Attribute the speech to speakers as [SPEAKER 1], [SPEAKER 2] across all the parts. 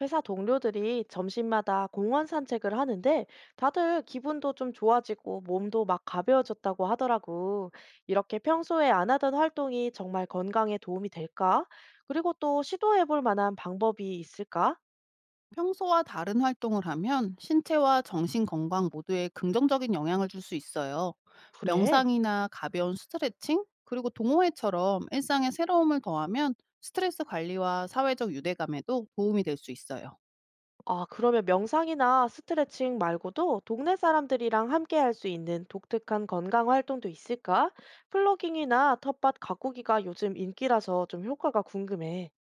[SPEAKER 1] 회사 동료들이 점심마다 공원 산책을 하는데 다들 기분도 좀 좋아지고 몸도 막 가벼워졌다고 하더라고. 이렇게 평소에 안 하던 활동이 정말 건강에 도움이 될까? 그리고 또 시도해 볼 만한 방법이 있을까?
[SPEAKER 2] 평소와 다른 활동을 하면 신체와 정신 건강 모두에 긍정적인 영향을 줄 수 있어요.
[SPEAKER 1] 그래.
[SPEAKER 2] 명상이나 가벼운 스트레칭, 그리고 동호회처럼 일상에 새로움을 더하면 스트레스 관리와 사회적 유대감에도 도움이 될 수 있어요.
[SPEAKER 1] 아, 그러면 명상이나 스트레칭 말고도 동네 사람들이랑 함께 할 수 있는 독특한 건강 활동도 있을까? 플로깅이나 텃밭 가꾸기가 요즘 인기라서 좀 효과가 궁금해.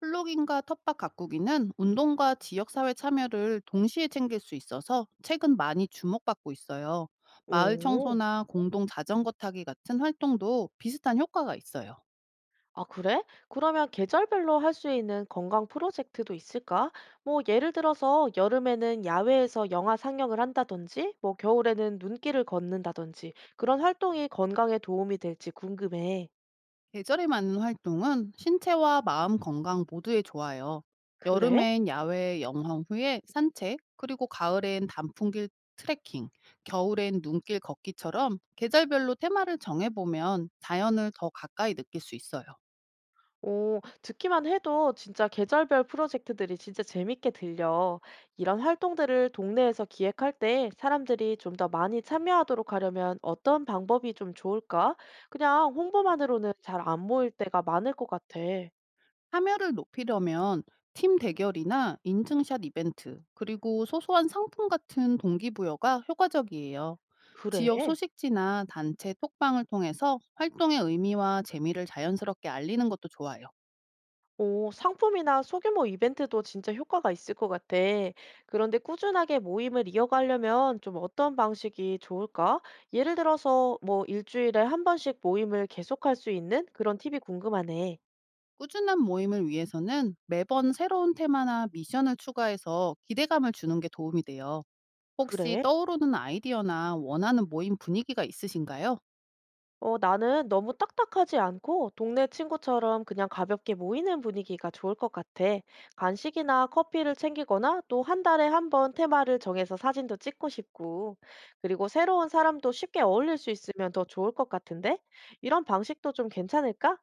[SPEAKER 2] 플로깅과 텃밭 가꾸기는 운동과 지역사회 참여를 동시에 챙길 수 있어서 최근 많이 주목받고 있어요. 마을
[SPEAKER 1] 오.
[SPEAKER 2] 청소나 공동 자전거 타기 같은 활동도 비슷한 효과가 있어요.
[SPEAKER 1] 아, 그래? 그러면 계절별로 할 수 있는 건강 프로젝트도 있을까? 뭐, 예를 들어서 여름에는 야외에서 영화 상영을 한다든지, 뭐, 겨울에는 눈길을 걷는다든지, 그런 활동이 건강에 도움이 될지 궁금해.
[SPEAKER 2] 계절에 맞는 활동은 신체와 마음 건강 모두에 좋아요.
[SPEAKER 1] 그래?
[SPEAKER 2] 여름엔 야외 영화 후에 산책, 그리고 가을엔 단풍길 트레킹, 겨울엔 눈길 걷기처럼 계절별로 테마를 정해보면 자연을 더 가까이 느낄 수 있어요.
[SPEAKER 1] 오, 듣기만 해도 진짜 계절별 프로젝트들이 진짜 재밌게 들려. 이런 활동들을 동네에서 기획할 때 사람들이 좀 더 많이 참여하도록 하려면 어떤 방법이 좀 좋을까? 그냥 홍보만으로는 잘 안 모일 때가 많을 것 같아.
[SPEAKER 2] 참여를 높이려면 팀 대결이나 인증샷 이벤트, 그리고 소소한 상품 같은 동기부여가 효과적이에요.
[SPEAKER 1] 그래?
[SPEAKER 2] 지역 소식지나 단체 톡방을 통해서 활동의 의미와 재미를 자연스럽게 알리는 것도 좋아요.
[SPEAKER 1] 어, 상품이나 소규모 이벤트도 진짜 효과가 있을 것 같아. 그런데 꾸준하게 모임을 이어가려면 좀 어떤 방식이 좋을까? 예를 들어서 뭐 일주일에 한 번씩 모임을 계속할 수 있는 그런 팁이 궁금하네.
[SPEAKER 2] 꾸준한 모임을 위해서는 매번 새로운 테마나 미션을 추가해서 기대감을 주는 게 도움이 돼요. 혹시
[SPEAKER 1] 그래?
[SPEAKER 2] 떠오르는 아이디어나 원하는 모임 분위기가 있으신가요?
[SPEAKER 1] 어, 나는 너무 딱딱하지 않고 동네 친구처럼 그냥 가볍게 모이는 분위기가 좋을 것 같아. 간식이나 커피를 챙기거나 또 한 달에 한 번 테마를 정해서 사진도 찍고 싶고, 그리고 새로운 사람도 쉽게 어울릴 수 있으면 더 좋을 것 같은데? 이런 방식도 좀 괜찮을까?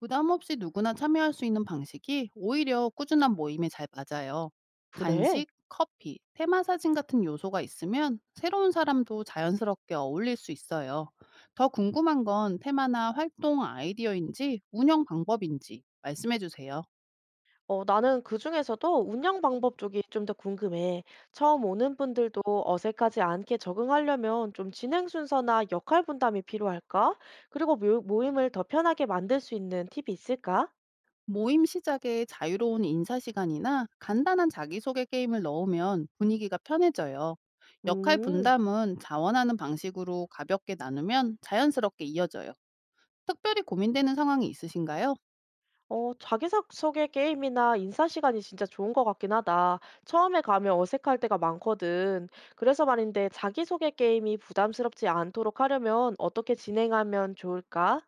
[SPEAKER 2] 부담 없이 누구나 참여할 수 있는 방식이 오히려 꾸준한 모임에 잘 맞아요.
[SPEAKER 1] 그래.
[SPEAKER 2] 간식, 커피, 테마 사진 같은 요소가 있으면 새로운 사람도 자연스럽게 어울릴 수 있어요. 더 궁금한 건 테마나 활동 아이디어인지 운영 방법인지 말씀해 주세요.
[SPEAKER 1] 어, 나는 그중에서도 운영 방법 쪽이 좀 더 궁금해. 처음 오는 분들도 어색하지 않게 적응하려면 좀 진행 순서나 역할 분담이 필요할까? 그리고 모임을 더 편하게 만들 수 있는 팁이 있을까?
[SPEAKER 2] 모임 시작에 자유로운 인사 시간이나 간단한 자기소개 게임을 넣으면 분위기가 편해져요. 역할
[SPEAKER 1] 음,
[SPEAKER 2] 분담은 자원하는 방식으로 가볍게 나누면 자연스럽게 이어져요. 특별히 고민되는 상황이 있으신가요?
[SPEAKER 1] 어, 자기소개 게임이나 인사 시간이 진짜 좋은 것 같긴 하다. 처음에 가면 어색할 때가 많거든. 그래서 말인데 자기소개 게임이 부담스럽지 않도록 하려면 어떻게 진행하면 좋을까?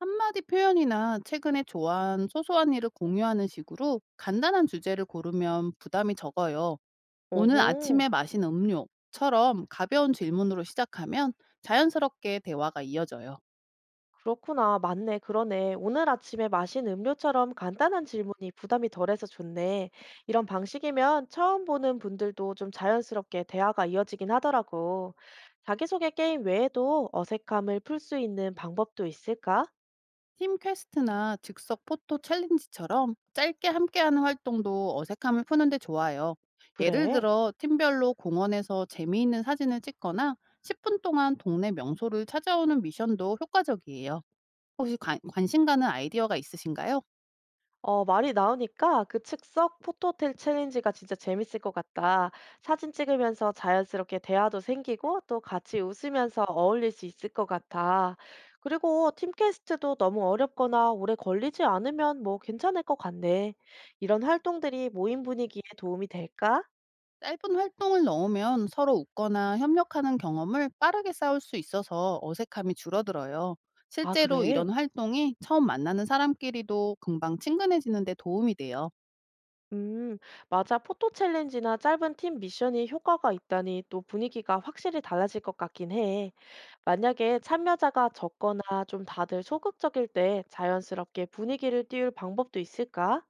[SPEAKER 2] 한마디 표현이나 최근에 좋아한 소소한 일을 공유하는 식으로 간단한 주제를 고르면 부담이 적어요. 오늘
[SPEAKER 1] 오호.
[SPEAKER 2] 아침에 마신 음료처럼 가벼운 질문으로 시작하면 자연스럽게 대화가 이어져요.
[SPEAKER 1] 그렇구나. 맞네. 그러네. 오늘 아침에 마신 음료처럼 간단한 질문이 부담이 덜해서 좋네. 이런 방식이면 처음 보는 분들도 좀 자연스럽게 대화가 이어지긴 하더라고. 자기소개 게임 외에도 어색함을 풀 수 있는 방법도 있을까?
[SPEAKER 2] 팀 퀘스트나 즉석 포토 챌린지처럼 짧게 함께하는 활동도 어색함을 푸는데 좋아요. 예를
[SPEAKER 1] 그래.
[SPEAKER 2] 들어 팀별로 공원에서 재미있는 사진을 찍거나 10분 동안 동네 명소를 찾아오는 미션도 효과적이에요. 혹시 관 관심 가는 아이디어가 있으신가요?
[SPEAKER 1] 어, 말이 나오니까 그 즉석 포토텔 챌린지가 진짜 재밌을 것 같다. 사진 찍으면서 자연스럽게 대화도 생기고 또 같이 웃으면서 어울릴 수 있을 것 같아. 그리고 팀캐스트도 너무 어렵거나 오래 걸리지 않으면 뭐 괜찮을 것 같네. 이런 활동들이 모임 분위기에 도움이 될까?
[SPEAKER 2] 짧은 활동을 넣으면 서로 웃거나 협력하는 경험을 빠르게 쌓을 수 있어서 어색함이 줄어들어요.
[SPEAKER 1] 아,
[SPEAKER 2] 실제로
[SPEAKER 1] 그래?
[SPEAKER 2] 이런 활동이 처음 만나는 사람끼리도 금방 친근해지는 데 도움이 돼요.
[SPEAKER 1] 음, 맞아. 포토 챌린지나 짧은 팀 미션이 효과가 있다니 또 분위기가 확실히 달라질 것 같긴 해. 만약에 참여자가 적거나 좀 다들 소극적일 때 자연스럽게 분위기를 띄울 방법도 있을까?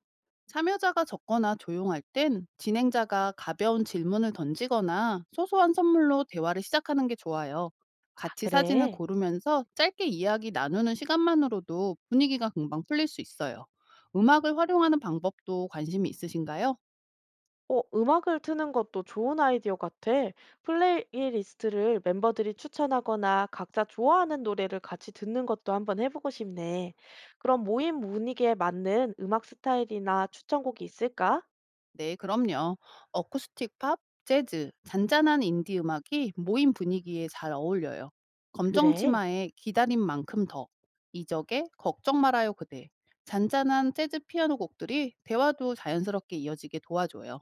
[SPEAKER 2] 참여자가 적거나 조용할 땐 진행자가 가벼운 질문을 던지거나 소소한 선물로 대화를 시작하는 게 좋아요.
[SPEAKER 1] 아,
[SPEAKER 2] 같이 사진을
[SPEAKER 1] 그래.
[SPEAKER 2] 고르면서 짧게 이야기 나누는 시간만으로도 분위기가 금방 풀릴 수 있어요. 음악을 활용하는 방법도 관심이 있으신가요?
[SPEAKER 1] 어, 음악을 트는 것도 좋은 아이디어 같아. 플레이리스트를 멤버들이 추천하거나 각자 좋아하는 노래를 같이 듣는 것도 한번 해보고 싶네. 그럼 모임 분위기에 맞는 음악 스타일이나 추천곡이 있을까?
[SPEAKER 2] 네, 그럼요. 어쿠스틱 팝, 재즈, 잔잔한 인디 음악이 모임 분위기에 잘 어울려요. 검정
[SPEAKER 1] 그래.
[SPEAKER 2] 치마에 기다린 만큼 더, 이적의 걱정 말아요 그대, 잔잔한 재즈 피아노 곡들이 대화도 자연스럽게 이어지게 도와줘요.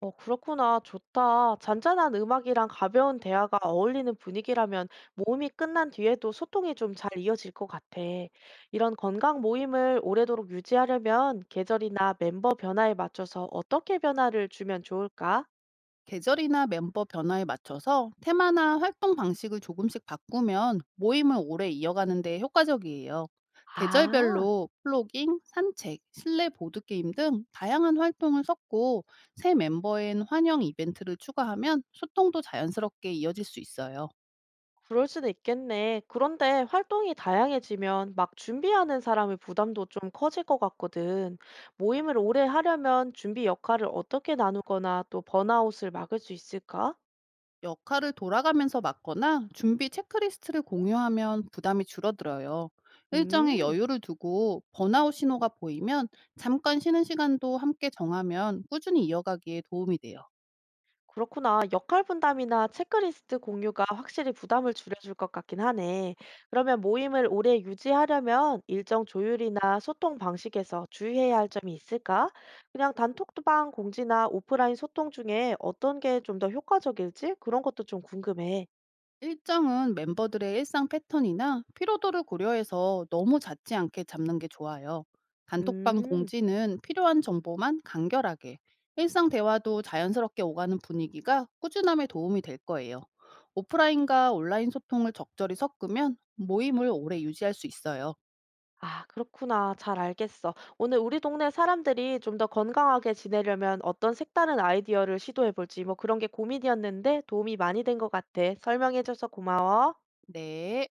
[SPEAKER 1] 어, 그렇구나. 좋다. 잔잔한 음악이랑 가벼운 대화가 어울리는 분위기라면 모임이 끝난 뒤에도 소통이 좀 잘 이어질 것 같아. 이런 건강 모임을 오래도록 유지하려면 계절이나 멤버 변화에 맞춰서 어떻게 변화를 주면 좋을까?
[SPEAKER 2] 계절이나 멤버 변화에 맞춰서 테마나 활동 방식을 조금씩 바꾸면 모임을 오래 이어가는 데 효과적이에요.
[SPEAKER 1] 아,
[SPEAKER 2] 계절별로 플로깅, 산책, 실내 보드게임 등 다양한 활동을 섞고 새 멤버엔 환영 이벤트를 추가하면 소통도 자연스럽게 이어질 수 있어요.
[SPEAKER 1] 그럴 수도 있겠네. 그런데 활동이 다양해지면 막 준비하는 사람의 부담도 좀 커질 것 같거든. 모임을 오래 하려면 준비 역할을 어떻게 나누거나 또 번아웃을 막을 수 있을까?
[SPEAKER 2] 역할을 돌아가면서 맡거나 준비 체크리스트를 공유하면 부담이 줄어들어요. 일정에
[SPEAKER 1] 음.
[SPEAKER 2] 여유를 두고 번아웃 신호가 보이면 잠깐 쉬는 시간도 함께 정하면 꾸준히 이어가기에 도움이 돼요.
[SPEAKER 1] 그렇구나. 역할 분담이나 체크리스트 공유가 확실히 부담을 줄여줄 것 같긴 하네. 그러면 모임을 오래 유지하려면 일정 조율이나 소통 방식에서 주의해야 할 점이 있을까? 그냥 단톡방 공지나 오프라인 소통 중에 어떤 게 좀 더 효과적일지 그런 것도 좀 궁금해.
[SPEAKER 2] 일정은 멤버들의 일상 패턴이나 피로도를 고려해서 너무 잦지 않게 잡는 게 좋아요. 단톡방
[SPEAKER 1] 음.
[SPEAKER 2] 공지는 필요한 정보만 간결하게, 일상 대화도 자연스럽게 오가는 분위기가 꾸준함에 도움이 될 거예요. 오프라인과 온라인 소통을 적절히 섞으면 모임을 오래 유지할 수 있어요.
[SPEAKER 1] 아, 그렇구나. 잘 알겠어. 오늘 우리 동네 사람들이 좀 더 건강하게 지내려면 어떤 색다른 아이디어를 시도해 볼지 뭐 그런 게 고민이었는데 도움이 많이 된 것 같아. 설명해줘서 고마워.
[SPEAKER 2] 네.